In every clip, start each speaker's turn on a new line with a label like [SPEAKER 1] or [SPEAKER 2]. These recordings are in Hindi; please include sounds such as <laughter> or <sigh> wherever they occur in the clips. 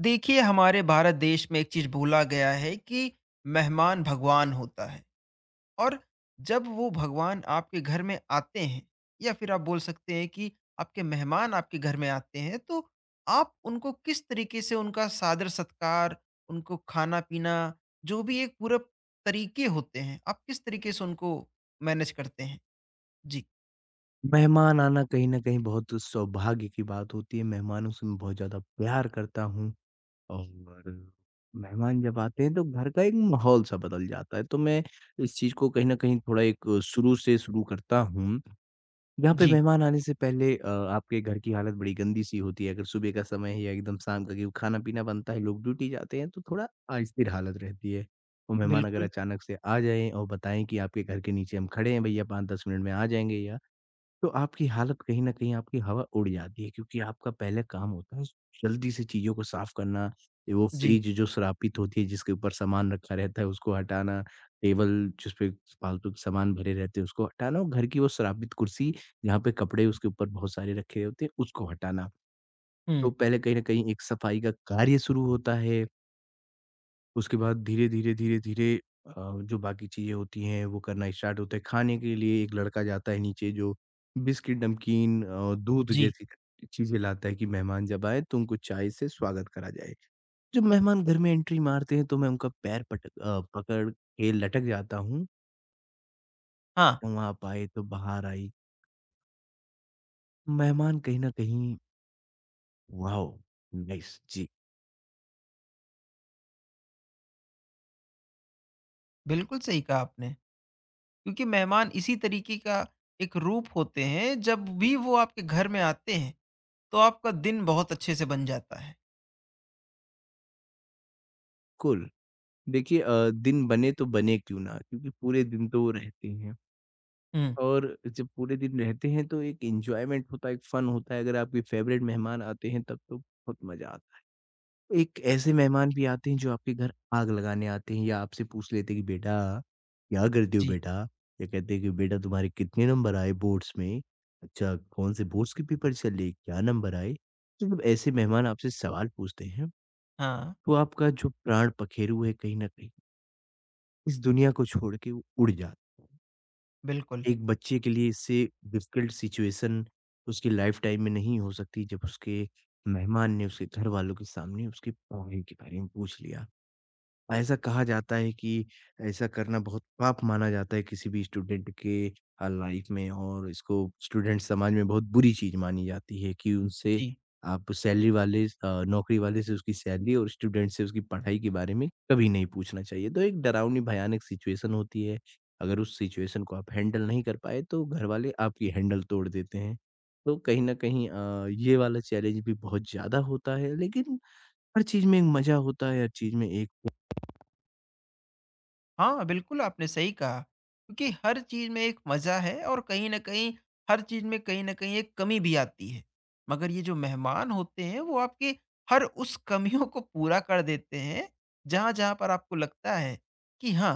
[SPEAKER 1] देखिए हमारे भारत देश में एक चीज भूला गया है कि मेहमान भगवान होता है। और जब वो भगवान आपके घर में आते हैं या फिर आप बोल सकते हैं कि आपके मेहमान आपके घर में आते हैं तो आप उनको किस तरीके से उनका सादर सत्कार, उनको खाना पीना, जो भी एक पूरा तरीके होते हैं आप किस तरीके से उनको मैनेज करते हैं? जी।
[SPEAKER 2] मेहमान आना कहीं न कहीं बहुत सौभाग्य की बात होती है, मेहमानों से मैं बहुत ज़्यादा प्यार करता हूँ और मेहमान जब आते हैं तो घर का एक माहौल सा बदल जाता है, तो मैं इस चीज़ को कहीं न कहीं थोड़ा एक शुरू से शुरू करता हूँ। यहाँ पे
[SPEAKER 1] जी,
[SPEAKER 2] मेहमान आने से पहले आपके घर की हालत बड़ी गंदी-सी होती है, अगर सुबह का समय है या एकदम शाम का क्योंकि खाना-पीना बनता है, लोग ड्यूटी जाते हैं तो थोड़ा अस्थिर हालत रहती है। और मेहमान अगर
[SPEAKER 1] बिल्कुल।
[SPEAKER 2] अचानक से आ जाएँ और बताएँ कि आपके घर के नीचे हम खड़े हैं भैया 5-10 मिनट में आ जाएँगे, या तो आपकी हालत कहीं न कहीं आपकी हवा उड़ जाती है क्योंकि आपका पहले काम होता है जल्दी से चीज़ों को साफ़ करना, ये वो
[SPEAKER 1] जी।
[SPEAKER 2] फ्रिज जो श्रापित होती है जिसके ऊपर सामान रखा रहता है उसको हटाना, टेबल जिस पे फालतू के सामान भरे रहते हैं उसको हटाना और घर की वो श्रापित कुर्सी जहाँ पे कपड़े उसके ऊपर बहुत सारे रखे होते हैं उसको हटाना। तो
[SPEAKER 1] हम्म।
[SPEAKER 2] पहले कहीं न कहीं एक सफाई का कार्य शुरू होता है। उसके बाद धीरे-धीरे, धीरे-धीरे अ, जो बाकी चीज़ें होती हैं वो करना स्टार्ट होता है। खाने के लिए एक लड़का जाता है नीचे जो बिस्किट, नमकीन, दूध
[SPEAKER 1] जी।
[SPEAKER 2] जैसी चीज़ें लाता है कि मेहमान जब आए तो उनको चाय से स्वागत करा जाए। जब मेहमान घर में एंट्री मारते हैं तो मैं उनका पैर पकड़ के लटक जाता हूँ।
[SPEAKER 1] हाँ,
[SPEAKER 2] तुम आप आए तो बाहर आई। मेहमान कहीं न कहीं वाओ! नाइस जी,
[SPEAKER 1] बिल्कुल सही कहा आपने, क्योंकि मेहमान इसी तरीके का एक रूप होते हैं। जब भी वो आपके घर में आते हैं तो आपका दिन बहुत अच्छे से बन जाता है।
[SPEAKER 2] कूल। देखिए, दिन बने तो बने क्यों ना, क्योंकि पूरे दिन तो वो रहते हैं।
[SPEAKER 1] हुँ।
[SPEAKER 2] और जब पूरे दिन रहते हैं तो एक एन्जॉयमेंट होता है, एक फन होता है। अगर आपके फ़ेवरेट मेहमान आते हैं तब तो बहुत मज़ा आता है। एक ऐसे मेहमान भी आते हैं जो आपके घर आग लगाने आते हैं या आपसे पूछ लेते हैं कि बेटा, क्या करते हो
[SPEAKER 1] जी।
[SPEAKER 2] बेटा? या कहते हैं कि बेटा तुम्हारे कितने नंबर आए बोर्ड्स में? अच्छा कौन से बोर्ड्स के पेपर चले? क्या नंबर आए? तो जब ऐसे मेहमान आपसे सवाल पूछते हैं
[SPEAKER 1] हाँ,
[SPEAKER 2] तो आपका जो प्राण पखेरु है कहीं न कहीं इस दुनिया को छोड़ के वो उड़ जाता है।
[SPEAKER 1] बिल्कुल।
[SPEAKER 2] एक बच्चे के लिए इससे डिफ़िकल्ट सिचुएशन उसकी लाइफ़टाइम में नहीं हो सकती, जब उसके मेहमान ने उसके घरवालों के सामने उसके पढ़ाई के बारे में पूछ लिया। ऐसा कहा जाता है कि ऐसा करना बहुत पाप माना जाता है किसी भी स्टूडेंट के लाइफ में, और इसको स्टूडेंट समाज में बहुत बुरी चीज़ मानी जाती है कि उनसे,
[SPEAKER 1] जी।
[SPEAKER 2] आप सैलरी वाले, नौकरी वाले से उसकी सैलरी और स्टूडेंट से उसकी पढ़ाई के बारे में कभी नहीं पूछना चाहिए। तो एक डरावनी भयानक सिचुएशन होती है। अगर उस सिचुएशन को आप हैंडल नहीं कर पाए तो घरवाले आपकी हैंडल तोड़ देते हैं। तो कहीं न कहीं ये वाला चैलेंज भी बहुत ज़्यादा होता है, लेकिन हर चीज़ में एक मज़ा होता है, हर चीज़ में एक,
[SPEAKER 1] हाँ, बिल्कुल आपने सही कहा, क्योंकि हर चीज़ में एक मज़ा है और कहीं न कहीं हर चीज़ में कहीं न कहीं एक कमी भी आती है। मगर ये जो मेहमान होते हैं वो आपके हर उस कमियों को पूरा कर देते हैं, जहाँ-जहाँ पर आपको लगता है कि हाँ,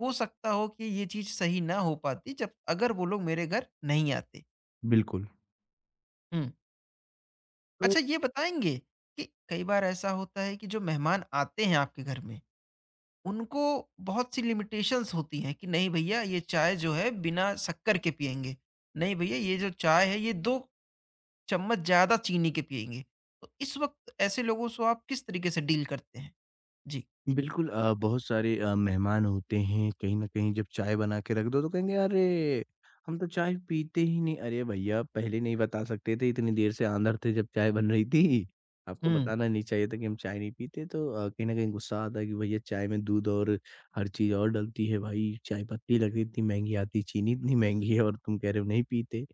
[SPEAKER 1] हो सकता हो कि ये चीज़ सही ना हो पाती जब अगर वो लोग मेरे घर नहीं आते।
[SPEAKER 2] बिल्कुल।
[SPEAKER 1] हुँ।
[SPEAKER 2] तो
[SPEAKER 1] अच्छा, ये बताएँगे कि कई बार ऐसा होता है कि जो मेहमान आते हैं आपके घर में, उनको बहुत सी लिमिटेशंस होती हैं कि नहीं भैया ये चाय जो है बिना शक्कर के पिएँगे, नहीं भैया ये जो चाय है ये 2 चम्मच ज़्यादा चीनी के पिएँगे। तो इस वक़्त ऐसे लोगों से आप किस तरीके से डील करते हैं? जी।
[SPEAKER 2] बिल्कुल, बहुत सारे मेहमान होते हैं, कहीं न कहीं जब चाय बना के रख दो तो कहेंगे, "अरे! हम तो चाय पीते ही नहीं।" अरे भैया, पहले नहीं बता सकते थे, इतनी देर से अंदर थे जब चाय बन रही थी। आपको
[SPEAKER 1] हुँ।
[SPEAKER 2] बताना नहीं चाहिए था कि हम चाय नहीं पीते, तो कहीं न कहीं गुस्सा आता है कि भैया चाय में दूध और हर चीज़ और डलती है भाई, चाय पत्ती लग रही इतनी महँगी आती, चीनी इतनी महँगी है, और तुम कह रहे हो नहीं पीते।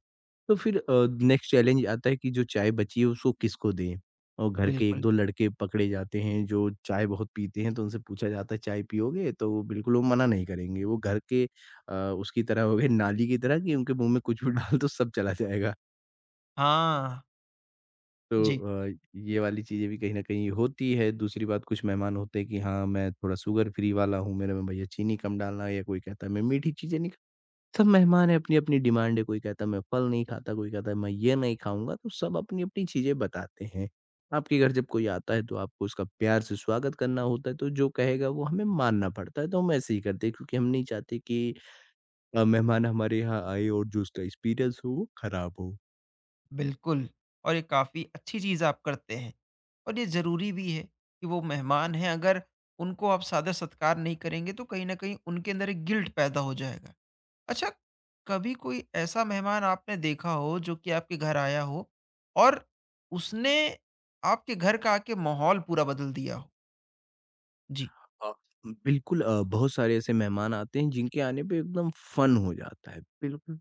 [SPEAKER 2] तो फिर नेक्स्ट चैलेंज आता है कि जो चाय बची है उसको किसको दें? और घर के
[SPEAKER 1] बिल्कुल।
[SPEAKER 2] 1-2 लड़के पकड़े जाते हैं जो चाय बहुत पीते हैं, तो उनसे पूछा जाता है चाय पियोगे? तो वो बिल्कुल वो मना नहीं करेंगे। वो घर के, अ, उसकी तरह हो गए नाली की तरह, कि उनके मुँह में कुछ भी <laughs> डाल दो सब चला जाएगा।
[SPEAKER 1] हाँ।
[SPEAKER 2] तो
[SPEAKER 1] जी।
[SPEAKER 2] अ, ये वाली चीज़ें भी कहीं न कहीं होती है। दूसरी बात, कुछ मेहमान होते हैं कि हाँ, मैं थोड़ा शुगर फ्री वाला हूँ, मेरे में भैया चीनी कम डालना, या कोई कहता है मैं मीठी चीज़ें नहीं, सब मेहमान है अपनी-अपनी डिमांड है, कोई कहता है मैं फल नहीं खाता, कोई कहता है मैं ये नहीं खाऊँगा, तो सब अपनी-अपनी चीज़ें बताते हैं। आपके घर जब कोई आता है तो आपको उसका प्यार से स्वागत करना होता है, तो जो कहेगा वो हमें मानना पड़ता है, तो हम ऐसे ही करते हैं क्योंकि हम नहीं चाहते कि मेहमान हमारे यहाँ आए और जो उसका एक्सपीरियंस हो वो खराब हो।
[SPEAKER 1] बिल्कुल। और ये काफ़ी अच्छी चीज़ आप करते हैं, और ये ज़रूरी भी है कि वो मेहमान हैं। अगर उनको आप सादर सत्कार नहीं करेंगे तो कहीं ना कहीं उनके अंदर एक गिल्ट पैदा हो जाएगा। अच्छा, कभी कोई ऐसा मेहमान आपने देखा हो जो कि आपके घर आया हो और उसने आपके घर का आके माहौल पूरा बदल दिया हो? जी।
[SPEAKER 2] अ, बिल्कुल, बहुत सारे ऐसे मेहमान आते हैं जिनके आने पे एकदम फ़न हो जाता है, बिल्कुल।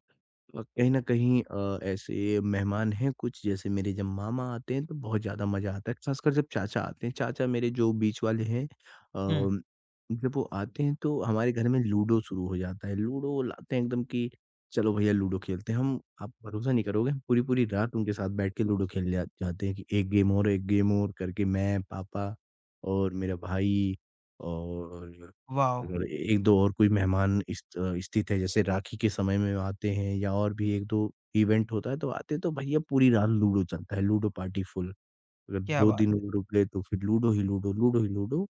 [SPEAKER 2] कहीं न कहीं ऐसे मेहमान हैं कुछ, जैसे मेरे जब मामा आते हैं तो बहुत ज़्यादा मज़ा आता है, ख़ासकर जब चाचा आते हैं, चाचा मेरे जो बीच वाले हैं,
[SPEAKER 1] हम्म।
[SPEAKER 2] जब वो आते हैं तो हमारे घर में लूडो शुरू हो जाता है, लूडो लाते हैं एकदम, कि चलो भैया लूडो खेलते हैं हम, आप भरोसा नहीं करोगे हम पूरी-पूरी रात उनके साथ बैठ के लूडो खेलने जा जाते हैं कि एक गेम और, एक गेम और, करके मैं, पापा और मेरा भाई, और
[SPEAKER 1] वाह।
[SPEAKER 2] अगर 1-2 और कोई मेहमान स्थित है, जैसे राखी के समय में आते हैं या और भी 1-2 इवेंट होता है तो आते हैं, तो भैया पूरी रात लूडो चलता है, लूडो पार्टी फुल। अगर
[SPEAKER 1] क्या
[SPEAKER 2] 2
[SPEAKER 1] बात
[SPEAKER 2] दिन
[SPEAKER 1] है।
[SPEAKER 2] लूडो खेले तो फिर लूडो ही लूडो, लूडो ही लूडो।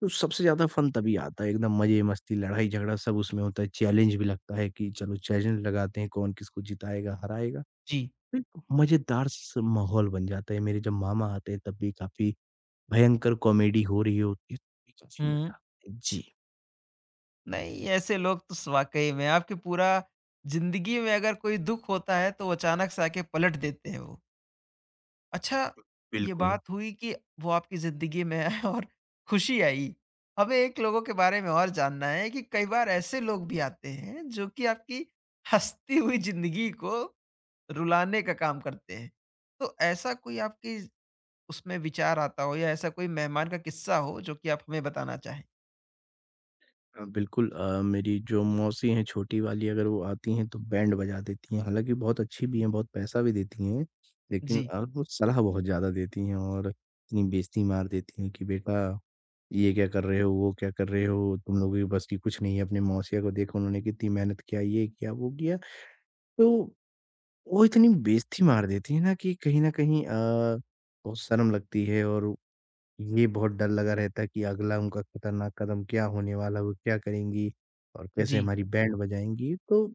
[SPEAKER 2] तो सबसे ज़्यादा फन तभी आता है, एकदम मज़े-मस्ती, लड़ाई-झगड़ा सब उसमें होता है, चैलेंज भी लगता है कि चलो चैलेंज लगाते हैं कौन किसको जिताएगा, हराएगा।
[SPEAKER 1] जी।
[SPEAKER 2] तो एक मज़ेदार स माहौल बन जाता है। मेरे जब मामा आते हैं तब भी काफ़ी भयंकर कॉमेडी हो रही होती है, काफ़ी मज़ा
[SPEAKER 1] हम्म।
[SPEAKER 2] आता है। जी।
[SPEAKER 1] नहीं, ऐसे लोग तो स वाक़ई में आपकी पूरा ज़िंदगी में अगर कोई दुःख होता है तो वो अचानक से आके पलट देते हैं वो। अच्छा, ये
[SPEAKER 2] बिल्कुल।
[SPEAKER 1] बात हुई कि वो आपकी ज़िंदगी में आए और खुशी आई। हमें एक लोगों के बारे में और जानना है कि कई बार ऐसे लोग भी आते हैं जो कि आपकी हँसती हुई ज़िंदगी को रुलाने का काम करते हैं। तो ऐसा कोई आपकी उसमें विचार आता हो या ऐसा कोई मेहमान का किस्सा हो जो कि आप हमें बताना चाहें?
[SPEAKER 2] बिल्कुल, मेरी जो मौसी हैं छोटी वाली, अगर वो आती हैं तो बैंड बजा देती हैं। हालाँकि बहुत अच्छी भी हैं, बहुत पैसा भी देती हैं, लेकिन
[SPEAKER 1] जी,
[SPEAKER 2] वो सलाह बहुत ज़्यादा देती हैं और इतनी बेइज़्ज़ती मार देती हैं कि बेटा ये क्या कर रहे हो, वो क्या कर रहे हो, तुम लोगों के बस की कुछ नहीं है, अपनी मौसिया को देखो उन्होंने कितनी मेहनत किया, ये किया, वो किया। तो वो इतनी बेइज़्ज़ती मार देती हैं ना कि कहीं न कहीं बहुत शर्म लगती है, और ये बहुत डर लगा रहता है कि अगला उनका खतरनाक कदम क्या होने वाला है, वो क्या करेंगी और कैसे
[SPEAKER 1] जी।
[SPEAKER 2] हमारी बैंड बजाएँगी। तो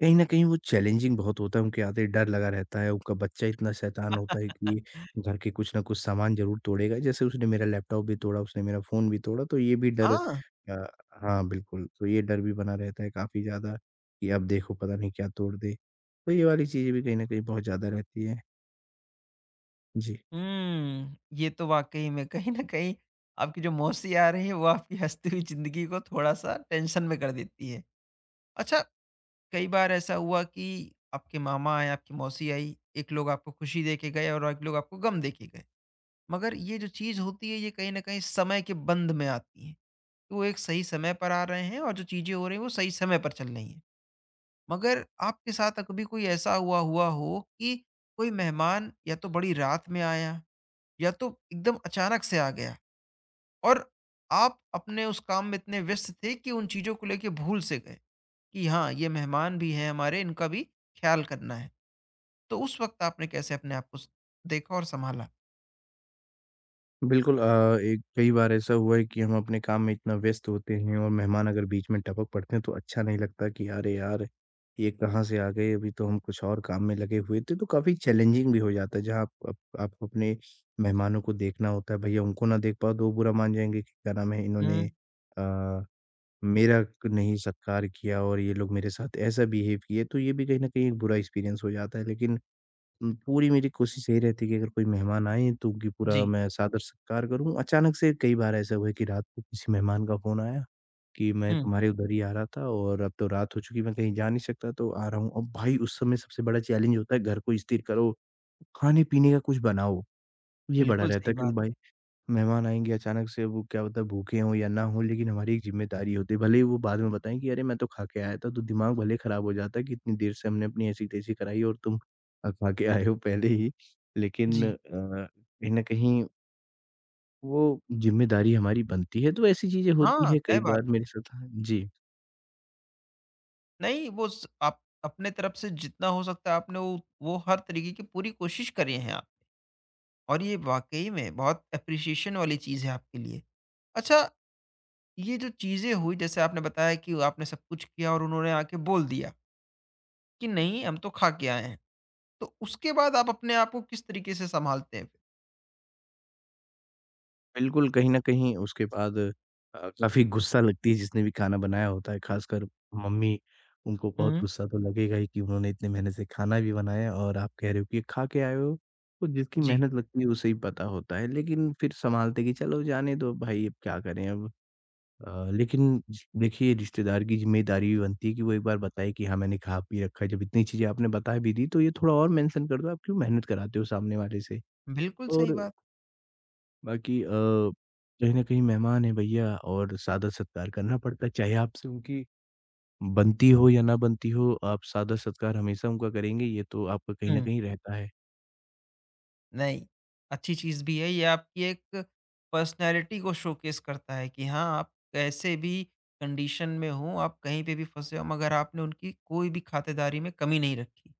[SPEAKER 2] कहीं न कहीं वो चैलेंजिंग बहुत होता है, उनके आते ही डर लगा रहता है। उनका बच्चा इतना शैतान होता है कि
[SPEAKER 1] <laughs>
[SPEAKER 2] घर के कुछ न कुछ सामान ज़रूर तोड़ेगा। जैसे उसने मेरा लैपटॉप भी तोड़ा, उसने मेरा फ़ोन भी तोड़ा, तो ये भी डर,
[SPEAKER 1] हाँ।
[SPEAKER 2] अ, हाँ, बिल्कुल। तो ये डर भी बना रहता है काफ़ी ज़्यादा, कि अब देखो पता नहीं क्या तोड़ दे। तो ये वाली चीज़ें भी कहीं न कहीं बहुत ज़्यादा रहती हैं। जी।
[SPEAKER 1] हुँ, ये तो वाक़ई में कहीं न कहीं आपकी जो मौसी आ रही है, वो आपकी हँसती हुई ज़िंदगी को थोड़ा-सा टेंशन में कर देती है। अच्छा, कई बार ऐसा हुआ कि आपके मामा आए, आपकी मौसी आई, एक लोग आपको खुशी दे के गए और एक लोग आपको गम दे के गए। मगर ये जो चीज़ होती है, ये कहीं न कहीं समय के बंध में आती है। कि वो एक सही समय पर आ रहे हैं और जो चीज़ें हो रही हैं, वो सही समय पर चल रही हैं। मगर आपके साथ कभी कोई ऐसा हुआ हुआ हो कि कोई मेहमान या तो बड़ी रात में आया या तो एकदम अचानक से आ गया, और आप अपने उस काम में इतने व्यस्त थे कि उन चीज़ों को लेके भूल से गए कि हाँ, ये मेहमान भी हैं हमारे, इनका भी ख्याल करना है? तो उस वक्त आपने कैसे अपने आप को देखा और संभाला?
[SPEAKER 2] बिल्कुल, एक कई बार ऐसा हुआ है कि हम अपने काम में इतना व्यस्त होते हैं और मेहमान अगर बीच में टपक पड़ते हैं तो अच्छा नहीं लगता, कि अरे यार ये कहाँ से आ गए, अभी तो हम कुछ और काम में लगे हुए थे, तो काफी चैलेंजिंग भी हो जाता है जहाँ आपको अपने मेहमानों को देखना होता है, भैया उनको ना देख पाओ तो वो बुरा मान जाएंगे कि क्या नाम है, इन्होंने
[SPEAKER 1] हम्म।
[SPEAKER 2] आ, मेरा नहीं सत्कार किया और ये लोग मेरे साथ ऐसा बिहेव किए, तो ये भी कहीं ना कहीं एक बुरा एक्सपीरियंस हो जाता है। लेकिन पूरी मेरी कोशिश यही रहती है कि अगर कोई मेहमान आएँ तो उनकी पूरा
[SPEAKER 1] जी।
[SPEAKER 2] मैं सादर-सत्कार करूँ। अचानक से कई बार ऐसा हुआ है कि रात को किसी मेहमान का फ़ोन आया कि मैं
[SPEAKER 1] हम्म।
[SPEAKER 2] तुम्हारे उधर ही आ रहा था और अब तो रात हो चुकी है, मैं कहीं जा नहीं सकता तो आ रहा हूँ। अब भाई उस समय सबसे बड़ा चैलेंज होता है, घर को स्थिर करो, खाने-पीने का कुछ बनाओ। ये बड़ा
[SPEAKER 1] बिल्कुल
[SPEAKER 2] रहता
[SPEAKER 1] सही
[SPEAKER 2] है
[SPEAKER 1] बात।
[SPEAKER 2] क्योंकि भाई मेहमान आएँगे अचानक से, वो क्या पता भूखे हों या ना हों, लेकिन हमारी एक ज़िम्मेदारी होती है। भले ही वो बाद में बताएँ कि अरे मैं तो खा के आया था, तो दिमाग भले ही ख़राब हो जाता है कि इतनी देर से हमने अपनी ऐसी-तैसी कराई और तुम खा के आए हो पहले ही। लेकिन
[SPEAKER 1] जी।
[SPEAKER 2] कहीं न कहीं वो ज़िम्मेदारी हमारी बनती है, तो ऐसी चीज़ें होती
[SPEAKER 1] हाँ,
[SPEAKER 2] हैं कई
[SPEAKER 1] तय बात
[SPEAKER 2] बार मेरे
[SPEAKER 1] है।
[SPEAKER 2] साथ, हाँ जी।
[SPEAKER 1] नहीं, आप अपने तरफ से जितना हो सकता है आपने वो हर तरीके की पूरी कोशिश करी है आप, और ये वाकई में बहुत अप्रिसिएशन वाली चीज़ है आपके लिए। अच्छा, ये जो चीज़ें हुई जैसे आपने बताया कि आपने सब कुछ किया और उन्होंने आके बोल दिया कि नहीं हम तो खा के आए हैं। तो उसके बाद आप अपने आप को किस तरीके से सँभालते हैं फिर?
[SPEAKER 2] बिल्कुल, कहीं न कहीं उसके बाद काफ़ी गुस्सा लगती है जिसने भी खाना बनाया होता है, ख़ासकर मम्मी, उनको बहुत
[SPEAKER 1] हुँ।
[SPEAKER 2] गुस्सा तो लगेगा ही कि उन्होंने इतने मेहनत से खाना भी बनाया और आप कह रहे हो कि ये खा के आए हो, तो जिसकी
[SPEAKER 1] जी,
[SPEAKER 2] मेहनत लगती है उसे ही पता होता है। लेकिन फिर सँभालते कि चलो जाने दो भाई अब क्या करें अब। लेकिन ज देखिए रिश्तेदार की ज़िम्मेदारी भी बनती है कि वो एक बार बताए कि हाँ, मैंने खा पी रखा है, जब इतनी चीज़ें आपने बता भी दी तो ये थोड़ा और मेंशन कर दो, आप क्यों मेहनत कराते हो सामने वाले से?
[SPEAKER 1] बिल्कुल सही
[SPEAKER 2] और
[SPEAKER 1] बात।
[SPEAKER 2] बाकी कहीं न कहीं मेहमान हैं भैया और सादा-सत्कार करना पड़ता है, चाहे आपसे उनकी बनती हो या ना बनती हो, आप सादा-सत्कार हमेशा उनका करेंगे, ये तो आपका कहीं न
[SPEAKER 1] हुँ।
[SPEAKER 2] कहीं रहता है।
[SPEAKER 1] नहीं, अच्छी चीज़ भी है ये। आपकी एक पर्सनैलिटी को शोकेस करता है कि हाँ, आप कैसे भी कंडीशन में हो, आप कहीं पे भी फँसे हो मगर आपने उनकी कोई भी खातिरदारी में कमी नहीं रखी।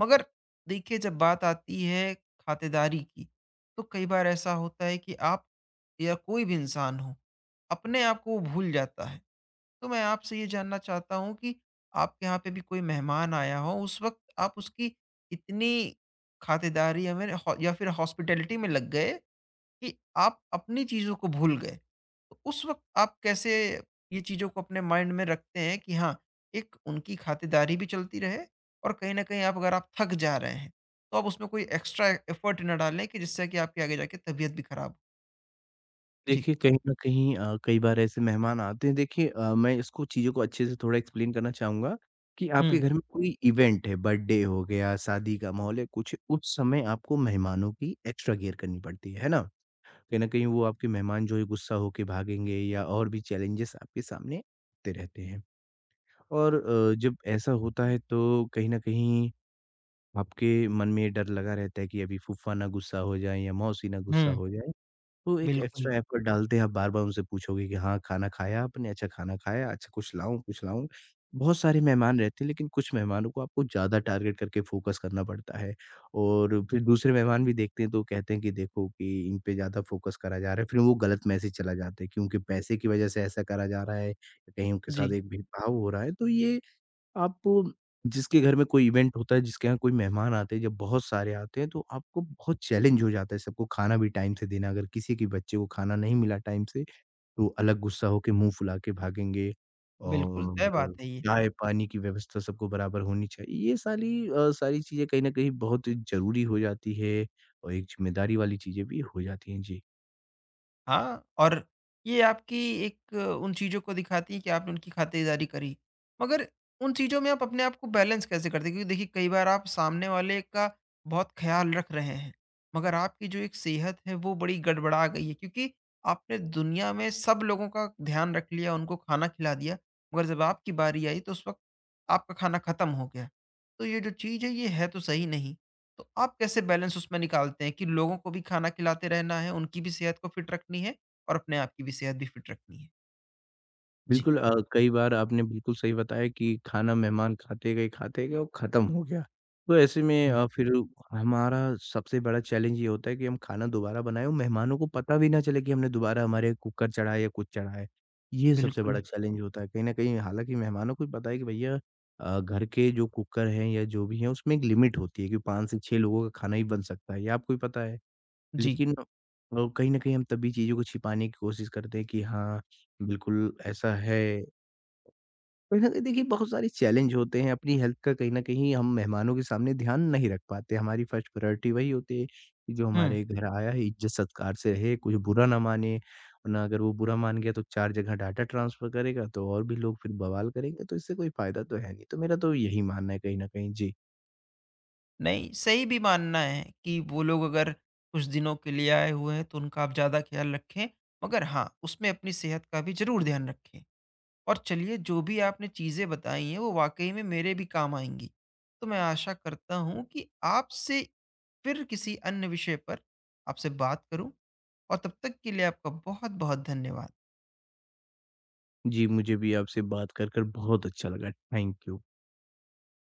[SPEAKER 1] मगर देखिए जब बात आती है खातेदारी की, तो कई बार ऐसा होता है कि आप या कोई भी इंसान हो, अपने आप को वो भूल जाता है। तो मैं आपसे ये जानना चाहता हूँ कि आपके यहाँ पे भी कोई मेहमान आया हो, उस वक़्त आप उसकी इतनी खातेदारी या फिर हॉस्पिटैलिटी में लग गए कि आप अपनी चीज़ों को भूल गए। तो उस वक़्त आप कैसे ये चीज़ों को अपने माइंड में रखते हैं कि हाँ, एक उनकी खातिरदारी भी चलती रहे, और कहीं न कहीं आप अगर आप थक जा रहे हैं, तो आप उसमें कोई एक्स्ट्रा एफ़र्ट ना डालें कि जिससे कि आपकी आगे जाके तबीयत भी खराब हो? जी।
[SPEAKER 2] देखिए, कहीं न कहीं कई बार ऐसे मेहमान आते हैं देखिए मैं इसको चीज़ों को अच्छे से थोड़ा एक्सप्लेन करना चाहूँगा कि आपके
[SPEAKER 1] हुँ,
[SPEAKER 2] घर में कोई इवेंट है, बर्थडे हो गया, शादी का माहौल है, कुछ उस समय आपको मेहमानों की एक्स्ट्रा केयर करनी पड़ती है ना? कहीं न कहीं वो आपके मेहमान जो है गुस्सा होके भागेंगे या और भी चैलेंजेस आपके सामने आते रहते हैं। और जब ऐसा होता है तो कहीं न कहीं आपके मन में ये डर लगा रहता है कि अभी फूफा ना गुस्सा हो जाएँ या मौसी ना गुस्सा
[SPEAKER 1] हुँ,
[SPEAKER 2] हो जाएँ। तो एक
[SPEAKER 1] बिल्कुल।
[SPEAKER 2] एक्स्ट्रा एफ़र्ट डालते हैं, आप बार-बार उनसे पूछोगे कि हाँ, खाना खाया आपने? अच्छा खाना खाया? अच्छा कुछ लाऊँ, कुछ लाऊँ? बहुत सारे मेहमान रहते हैं लेकिन कुछ मेहमानों को आपको ज़्यादा टारगेट करके फ़ोकस करना पड़ता है और फिर दूसरे मेहमान भी देखते हैं तो कहते हैं कि देखो कि इन पे ज़्यादा फ़ोकस करा जा रहा है। फिर वो गलत मैसेज चला जाता है कि उनके पैसे की वज़ह से ऐसा करा जा रहा है, कहीं उनके साथ
[SPEAKER 1] जी,
[SPEAKER 2] एक भेदभाव हो रहा है। तो ये आप जिसके घर में कोई इवेंट होता है, जिसके यहाँ कोई मेहमान आते हैं, जब बहुत सारे आते हैं, तो आपको बहुत चैलेंज हो जाता है सबको खाना भी टाइम से देना। अगर किसी के बच्चे को खाना नहीं मिला टाइम से, तो अलग गुस्सा होके मुँह फुला के भागेंगे
[SPEAKER 1] बिल्कुल,
[SPEAKER 2] और
[SPEAKER 1] तय बात है ये।
[SPEAKER 2] चाय-पानी की व्यवस्था सबको बराबर होनी चाहिए। ये सारी सारी चीज़ें कहीं न कहीं बहुत ज़रूरी हो जाती है और एक ज़िम्मेदारी वाली चीज़ें भी हो जाती हैं। जी।
[SPEAKER 1] हाँ, और ये आपकी एक उन चीज़ों को दिखाती है कि आपने उनकी खातिरदारी करी। मगर उन चीज़ों में आप अपने आप को बैलेंस कैसे करते हैं? क्योंकि देखिए कई बार आप सामने वाले का बहुत ख़्याल रख रहे हैं, मगर आपकी जो एक सेहत है वो बड़ी गड़बड़ा गई है। क्योंकि आपने दुनिया में सब लोगों का ध्यान रख लिया, उनको खाना खिला दिया, मगर जब आपकी बारी आई तो उस वक़्त आपका खाना ख़त्म हो गया। तो ये जो चीज़ है ये है तो सही नहीं। तो आप कैसे बैलेंस उसमें निकालते हैं कि लोगों को भी खाना खिलाते रहना है, उनकी भी सेहत को फिट रखनी है और अपने आप की भी सेहत भी फिट रखनी है? जी।
[SPEAKER 2] बिल्कुल कई बार आपने बिल्कुल सही बताया कि खाना मेहमान खाते गए और ख़त्म हो गया। तो ऐसे में
[SPEAKER 1] हुँ।
[SPEAKER 2] फिर हमारा सबसे बड़ा चैलेंज ये होता है कि हम खाना दोबारा बनाएँ और मेहमानों को पता भी ना चले कि हमने दोबारा हमारे कुकर चढ़ाया या कुछ चढ़ाया है। ये सबसे बड़ा
[SPEAKER 1] बिल्कुल।
[SPEAKER 2] चैलेंज होता है। कहीं न कहीं हालाँकि मेहमानों को भी पता है कि भैया घर के जो कुकर हैं या जो भी हैं उसमें एक लिमिट होती है कि 5 से 6 लोगों का खाना ही बन सकता है, ये आपको भी पता है।
[SPEAKER 1] जी।
[SPEAKER 2] लेकिन कहीं न कहीं हम तब भी चीज़ों को छिपाने की कोशिश करते हैं कि हाँ, बिल्कुल ऐसा है। कहीं न कहीं देखिए बहुत सारे चैलेंज होते हैं, अपनी हेल्थ का कहीं न कहीं हम मेहमानों के सामने ध्यान नहीं रख पाते। हमारी फर्स्ट प्रायोरिटी वही होती है कि जो
[SPEAKER 1] हुँ।
[SPEAKER 2] हमारे घर आया है इज़्ज़त-सत्कार से रहे, कुछ बुरा ना माने, वरना अगर वो बुरा मान गया तो 4 जगह डाटा ट्रांसफ़र करेगा तो और भी लोग फिर बवाल करेंगे, तो इससे कोई फ़ायदा तो है नहीं। तो मेरा तो यही मानना है कहीं न कहीं। जी।
[SPEAKER 1] नहीं, सही भी मानना है कि वो लोग अगर कुछ दिनों के लिए आए हुए हैं तो उनका आप ज़्यादा ख़्याल रखें, मगर हाँ, उसमें अपनी सेहत का भी ज़रूर ध्यान रखें। और चलिए, जो भी आपने चीज़ें बताई हैं वो वाक़ई में मेरे भी काम आएँगी। तो मैं आशा करता हूँ कि आपसे फिर किसी अन्य विषय पर आपसे बात करूँ, और तब तक के लिए आपका बहुत-बहुत धन्यवाद।
[SPEAKER 2] जी, मुझे भी आपसे बात कर बहुत अच्छा लगा। Thank you.